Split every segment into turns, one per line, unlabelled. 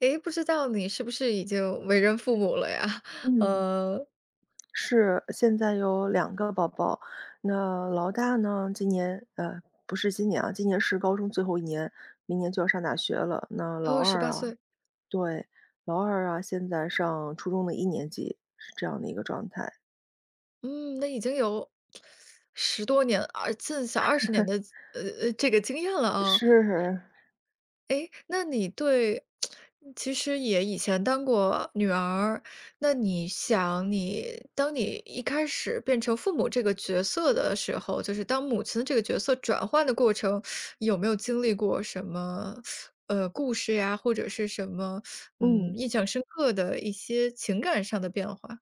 诶，不知道你是不是已经为人父母了呀？
嗯，
呃，
是，现在有两个宝宝。那老大呢，今年不是今年啊，今年是高中最后一年，明年就要上大学了。那老
哦，十
二
八
啊，
岁，
对，老二啊，现在上初中的一年级，是这样的一个状态。
嗯，那已经有10多年，而近小20年的，这个经验了啊。
是，
诶，那你对其实也以前当过女儿，那你想你当你一开始变成父母这个角色的时候，就是当母亲这个角色转换的过程，有没有经历过什么，故事呀，或者是什么，
嗯。
印象深刻的一些情感上的变化？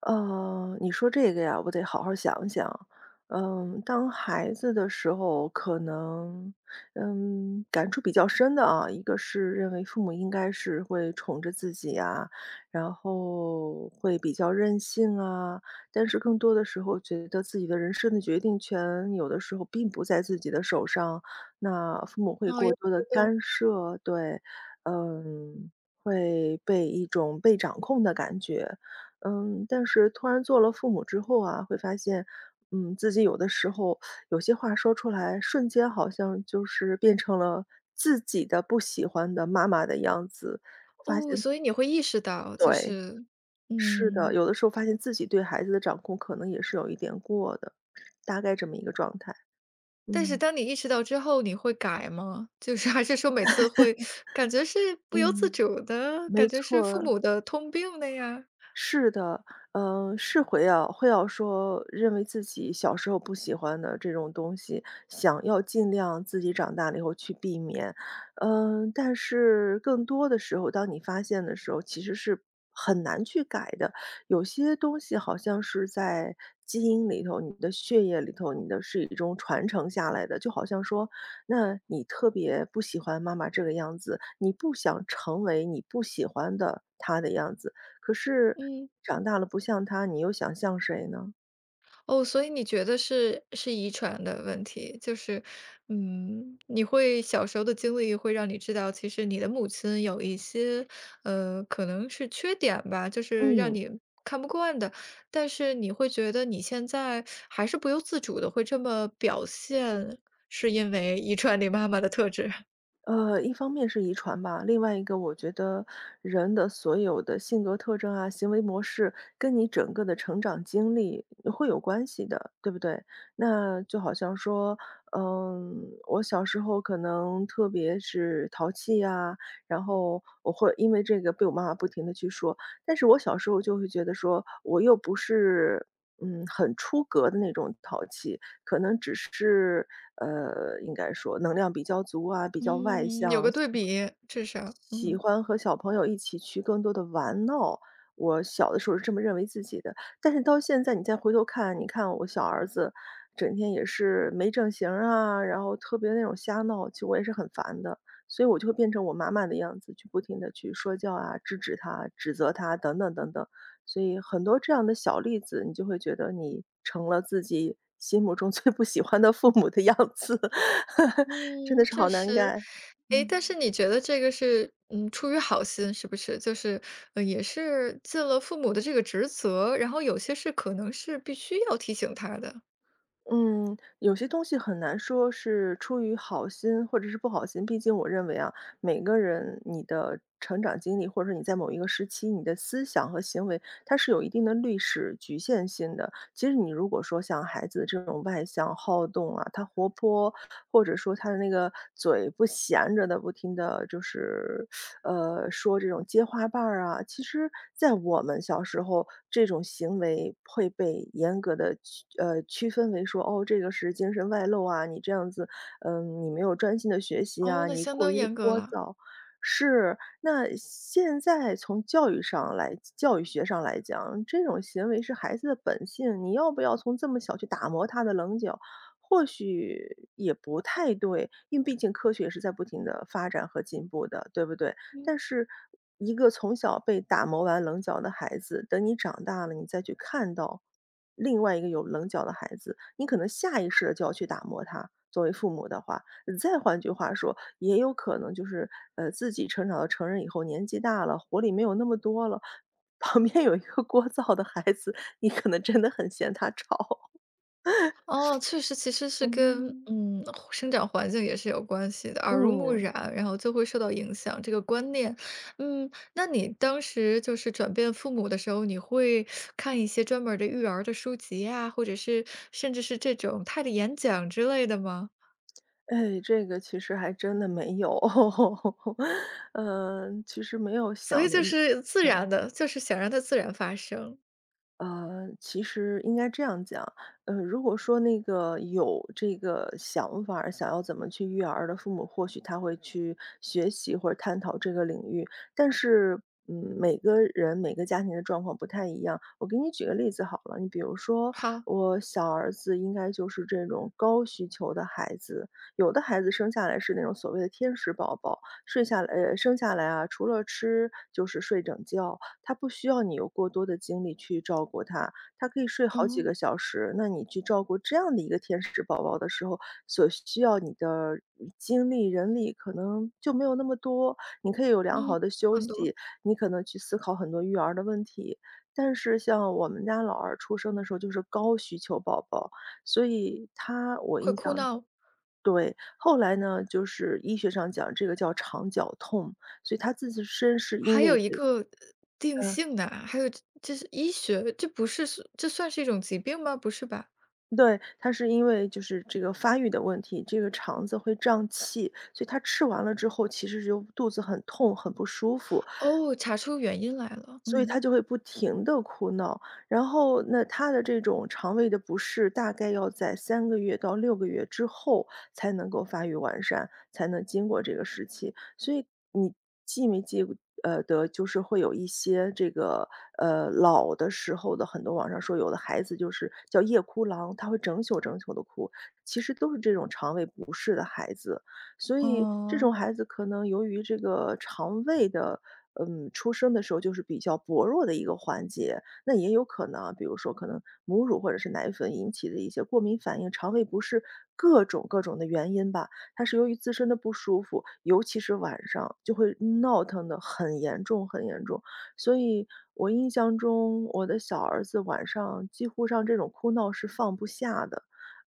你说这个呀，我得好好想想。当孩子的时候，可能，感触比较深的啊，一个是认为父母应该是会宠着自己啊，然后会比较任性啊，但是更多的时候觉得自己的人生的决定权有的时候并不在自己的手上，那父母会
哦，
过
有
多的
互动。
干涉，对，嗯，会被一种被掌控的感觉。但是突然做了父母之后啊，会发现，自己有的时候有些话说出来，瞬间好像就是变成了自己的不喜欢的妈妈的样子。
哦，所以你会意识到，就
对，
是
是的，
嗯。
有的时候发现自己对孩子的掌控可能也是有一点过的，大概这么一个状态。
但是
嗯
当你意识到之后，你会改吗？就是还是说每次会感觉是不由自
嗯，
主的，
没
感觉是
错
父
儿。
母的通病的呀？
是的，是会要说认为自己小时候不喜欢的这种东西，想要尽量自己长大了以后去避免。但是更多的时候，当你发现的时候，其实是很难去改的。有些东西好像是在基因里头、你的血液里头、你的是一种传承下来的。就好像说，那你特别不喜欢妈妈这个样子，你不想成为你不喜欢的她的样子。可是
嗯，
长大了不像他，你又想像谁呢？
哦，所以你觉得是遗传的问题，就是，你会小时候的经历会让你知道，其实你的母亲有一些，可能是缺点吧，就是让
嗯，
你看不惯的，但是你会觉得你现在还是不由自主的会这么表现，是因为遗传你妈妈的特质。
一方面是遗传吧，另外一个我觉得人的所有的性格特征啊、行为模式，跟你整个的成长经历会有关系的，对不对？那就好像说，嗯，我小时候可能特别是淘气呀、然后我会因为这个被我妈妈不停的去说，但是我小时候就会觉得说，我又不是很出格的那种淘气，可能只是，应该说能量比较足啊，比较外
嗯，有
向，
个对比，至少，
喜
嗯。
欢和小朋友一起去更多的玩闹，我小的时候是这么认为自己的。但是到现在你再回头看，你看我小儿子整天也是没正形儿啊，然后特别那种瞎闹，其实我也是很烦的。所以我就会变成我妈妈的样子，去不停的去说教啊、制止他、指责他等等等等。所以很多这样的小例子，你就会觉得你成了自己心目中最不喜欢的父母的样子，真的
嗯，
是
确
好
嗯
难
实。
改。
诶，但是你觉得这个是，出于好心是不是？就是，也是尽了父母的这个职责，然后有些事可能是必须要提醒他的。
嗯，有些东西很难说是出于好心或者是不好心，毕竟我认为啊，每个人你的成长经历，或者说你在某一个时期，你的思想和行为，它是有一定的历史局限性的。其实你如果说像孩子这种外向好动啊，他活泼，或者说他的那个嘴不闲着的，不停的就是说这种接花瓣儿啊，其实在我们小时候，这种行为会被严格的区分为说，哦，这个是精神外露啊，你这样子，你没有专心的学习
哦，
啊，
那
你
相
过
当
于的
严格
聒
了。
噪。是，那现在从教育学上来讲，这种行为是孩子的本性，你要不要从这么小去打磨他的棱角，或许也不太对，因为毕竟科学也是在不停的发展和进步的，对不对？但是一个从小被打磨完棱角的孩子，等你长大了，你再去看到另外一个有棱角的孩子，你可能下意识的就要去打磨他。作为父母的话，再换句话说，也有可能就是，自己成长到成人以后，年纪大了，活力没有那么多了，旁边有一个聒噪的孩子，你可能真的很嫌他吵。
哦，确实，其实 是跟
嗯。
生长环境也是有关系的，耳濡目
嗯。
染，然后就会受到影响这个观念。那你当时就是转变父母的时候，你会看一些专门儿的育儿的书籍呀，或者是甚至是这种他的演讲之类的吗？
哎，这个其实还真的没有，嗯，其实没有
所
想
以
的。
就是自
对。
然的，就是想让它自然发生。
其实应该这样讲，如果说那个有这个想法儿想要怎么去育儿的父母，或许他会去学习或者探讨这个领域。但是，每个人每个家庭的状况不太一样。我给你举个例子好了，你比如说
好。
我小儿子应该就是这种高需求的孩子，有的孩子生下来是那种所谓的天使宝宝，睡下来呃，生下来啊，除了吃就是睡整觉，他不需要你有过多的精力去照顾他，他可以睡好几
哦，
个小时。那你去照顾这样的一个天使宝宝的时候，所需要你的精力、人力可能就没有那么多。你可以有良
嗯，有
好的休
很多
息，你可能去思考很多育儿的问题。但是像我们家老二出生的时候就是高需求宝宝，所以他我
会
印
哭
象。
闹。
对，后来呢，就是医学上讲这个叫肠绞痛，所以他自身是因
还有
为
一
这。
个，定性的啊，还有这是医学，这不是，是这算是一种疾病吗？不是吧？
对，他是因为就是这个发育的问题，这个肠子会胀气，所以他吃完了之后其实就肚子很痛、很不舒服。
哦，查出原因来了，
所以
嗯。
他就会不停地哭闹，然后那他的这种肠胃的不适，大概要在3个月到6个月之后才能够发育完善，才能经过这个时期。所以你记没记得就是会有一些这个，老的时候的很多网上说有的孩子就是叫夜哭狼，他会整宿整宿的哭，其实都是这种肠胃不适的孩子。所以这种
哦。
孩子可能由于这个肠胃的，出生的时候就是比较薄弱的一个环节，那也有可能啊，比如说可能母乳或者是奶粉引起的一些过敏反应、肠胃不适，各种各种的原因吧，它是由于自身的不舒服，尤其是晚上就会闹腾的很严重很严重。所以我印象中，我的小儿子晚上几乎上这种哭闹是放不下的。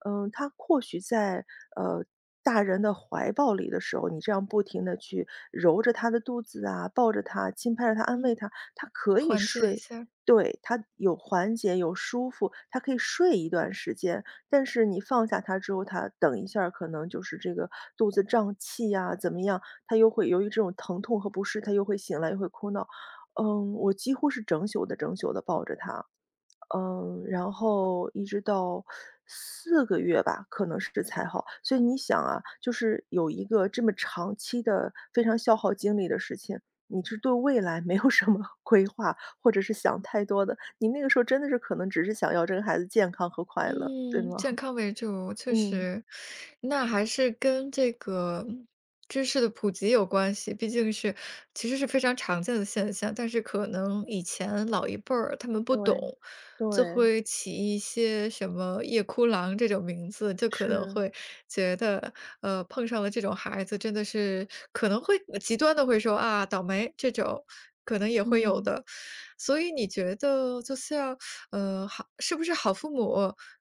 他或许在，呃，大人的怀抱里的时候，你这样不停的去揉着他的肚子啊，抱着他，轻拍着他，安
嗯，
慰他，他可以
缓解一
睡。
下。
对，他有缓解，有舒服，他可以睡一段时间。但是你放下他之后，他等一下儿可能就是这个肚子胀气呀，怎么样，他又会由于这种疼痛和不适，他又会醒来，又会哭闹。我几乎是整宿的整宿的抱着他。然后一直到4个月吧，可能是才好。所以你想啊，就是有一个这么长期的非常消耗精力的事情，你是对未来没有什么 规划，或者是想太多的，你那个时候真的是可能只是想要这个孩子健康和快乐，对
嗯，
吗？
健康为主，确
嗯，
实。那还是跟这个知识的普及有关系，毕竟是其实是非常常见的现象，但是可能以前老一辈儿他们不懂，
对，
就
对，
会起一些什么夜哭郎这种名字，就可能
是，
会觉得，碰上了这种孩子真的是可能会极端的会说啊，倒霉这种，可能也会有
嗯。
的。所以你觉得就像，好是不是好父母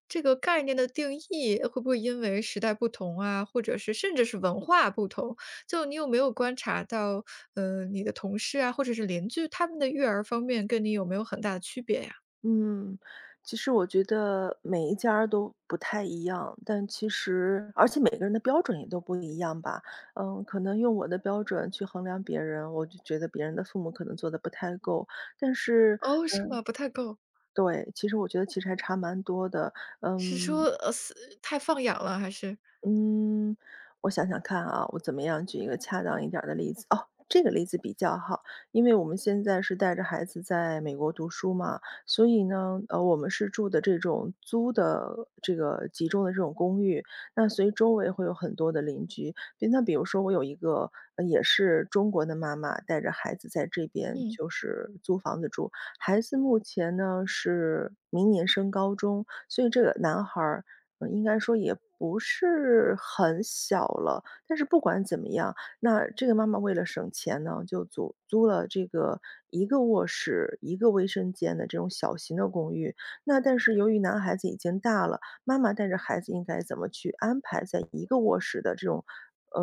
这个概念的定义，会不会因为时代不同啊，或者是甚至是文化不同，就你有没有观察到，你的同事啊，或者是邻居，他们的育儿方面跟你有没有很大的区别呀？
嗯，其实我觉得每一家儿都不太一样，但其实而且每个人的标准也都不一样吧。可能用我的标准去衡量别人，我就觉得别人的父母可能做的不太够。但是
哦，是吗？不太够。
对，其实我觉得其实还差蛮多的。
是
嗯，
说，是太放养了还是？
嗯，我想想看啊，我怎么样举一个恰当一点儿的例子？哦，这个例子比较好。因为我们现在是带着孩子在美国读书嘛，所以呢，我们是住的这种租的这个集中的这种公寓，那所以周围会有很多的邻居。比如说我有一个，也是中国的妈妈带着孩子在这边
嗯。
就是租房子住，孩子目前呢是明年升高中，所以这个男孩儿应该说也不是很小了，但是不管怎么样，那这个妈妈为了省钱呢，就租了这个一个卧室、一个卫生间的这种小型的公寓。那但是由于男孩子已经大了，妈妈带着孩子应该怎么去安排在一个卧室的这种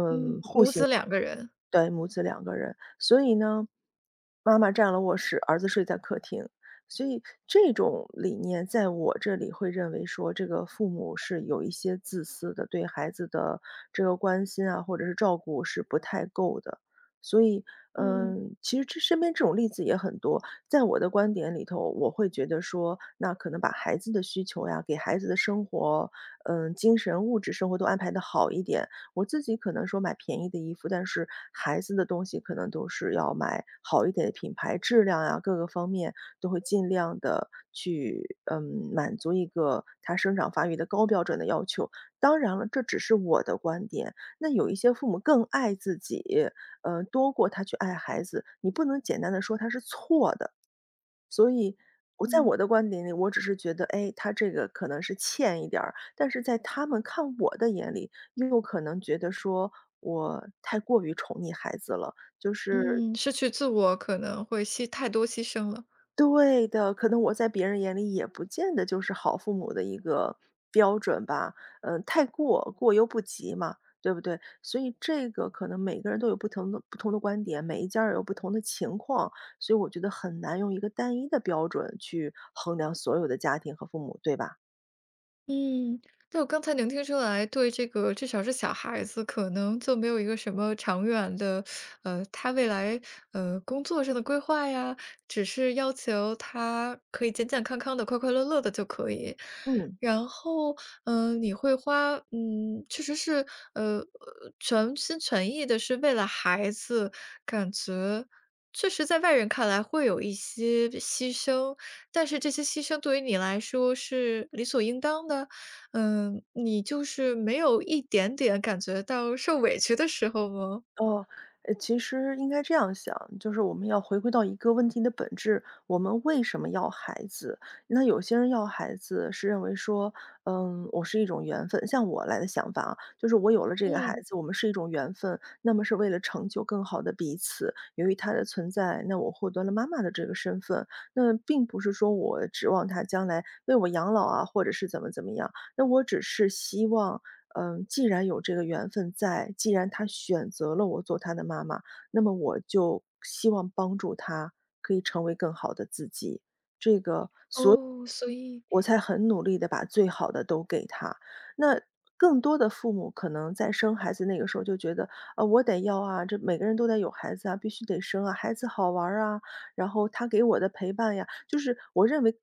嗯。母子两个人。
对，母子两个人。所以呢，妈妈占了卧室，儿子睡在客厅。所以这种理念在我这里会认为说，这个父母是有一些自私的，对孩子的这个关心啊，或者是照顾是不太够的。所以，
嗯
嗯，其实这身边这种例子也很多。在我的观点里头，我会觉得说，那可能把孩子的需求呀，给孩子的生活，嗯，精神、物质生活都安排的好一点，我自己可能说买便宜的衣服，但是孩子的东西可能都是要买好一点的品牌，质量啊，各个方面都会尽量的去，嗯，满足一个他生长发育的高标准的要求。当然了，这只是我的观点，那有一些父母更爱自己，嗯，多过他去爱孩子，你不能简单的说他是错的。所以我在
嗯。
我的观点里，我只是觉得，哎，他这个可能是欠一点儿，但是在他们看我的眼里，又有可能觉得说我太过于宠溺孩子了，就是
嗯，失去自我可能会太多牺牲了。
对的，可能我在别人眼里也不见得就是好父母的一个标准吧。嗯，太过犹不及嘛，对不对？所以这个可能每个人都有不同的观点，每一家儿有不同的情况，所以我觉得很难用一个单一的标准去衡量所有的家庭和父母，对吧？
嗯，那我刚才能听出来，对这个至少是小孩子，可能就没有一个什么长远的，他未来工作上的规划呀，只是要求他可以健健康康的、快快乐乐的就可以。
嗯。
然后，你会花，确实是，全心全意的是为了孩子，感觉确实在外人看来会有一些牺牲，但是这些牺牲对于你来说是理所应当的，你就是没有一点点感觉到受委屈的时候吗？
哦，其实应该这样想，就是我们要回归到一个问题的本质，我们为什么要孩子？那有些人要孩子是认为说，嗯，我是一种缘分。像我来的想法啊，就是我有了这个孩
嗯。
子，我们是一种缘分，那么是为了成就更好的彼此。由于他的存在，那我获得了妈妈的这个身份，那并不是说我指望他将来为我养老啊，或者是怎么怎么样，那我只是希望嗯，既然有这个缘分在，既然她选择了我做她的妈妈，那么我就希望帮助她可以成为更好的自己。
哦，所以，
我才很努力的把最好的都给他。那更多的父母可能在生孩子那个时候就觉得，啊，我得要啊，这每个人都得有孩子啊，必须得生啊，孩子好玩儿啊，然后他给我的陪伴呀，就是我认为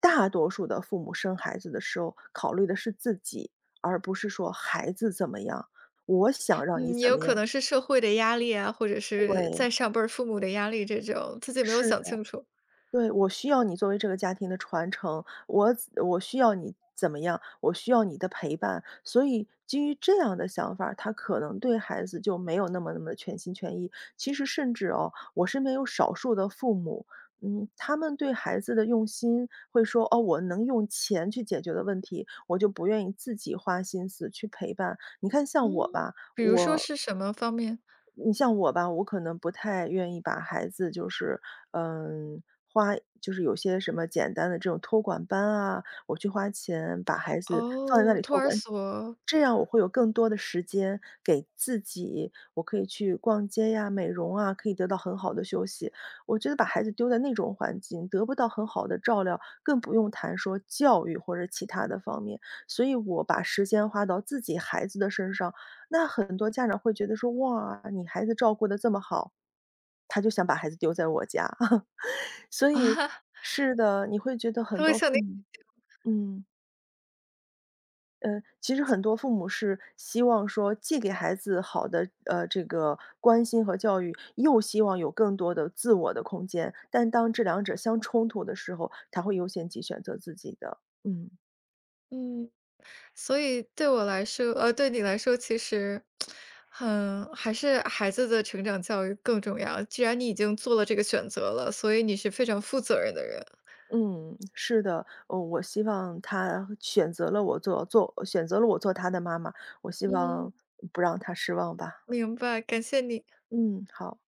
大多数的父母生孩子的时候考虑的是自己，而不是说孩子怎么样，我想让你
嗯，也
怎
有
么
可
样。
能是社会的压力啊，或者是
对，
在上辈儿父母的压力这种，自己没有
是。
想清楚。
对，我需要你作为这个家庭的传承，我需要你怎么样，我需要你的陪伴。所以基于这样的想法儿他可能对孩子就没有那么全心全意。其实甚至哦，我身边有少数的父母，嗯，他们对孩子的用心会说：“哦，我能用钱去解决的问题，我就不愿意自己花心思去陪伴。”
嗯。比如说是什么方面？
你像我吧，我可能不太愿意把孩子就是，嗯，就是有些什么简单的这种托管班啊，我去花钱把孩子放在那
哦，
里
托
托
儿
管。
所。
这样我会有更多的时间给自己，我可以去逛街呀、美容啊，可以得到很好的休息。我觉得把孩子丢在那种环境，得不到很好的照料，更不用谈说教育或者其他的方面。所以我把时间花到自己孩子的身上，那很多家长会觉得说：“哇，你孩子照顾得这么好。”他就想把孩子丢在我家。所
啊，
以 是的，你会觉得很
他会
多
向你
父母嗯。其实很多父母是希望说既给孩子好的，这个关心和教育，又希望有更多的自我的空间，但当这两者相冲突的时候，他会优先级选择自己的。嗯，
嗯，所以对我来说，对你来说，其实，还是孩子的成长教育更重要。既然你已经做了这个选择了，所以你是非常负责任的人。
嗯，是的，我希望他选择了我做他的妈妈，我希
嗯，
望不让他失望吧。
明白，感谢你。
嗯，好。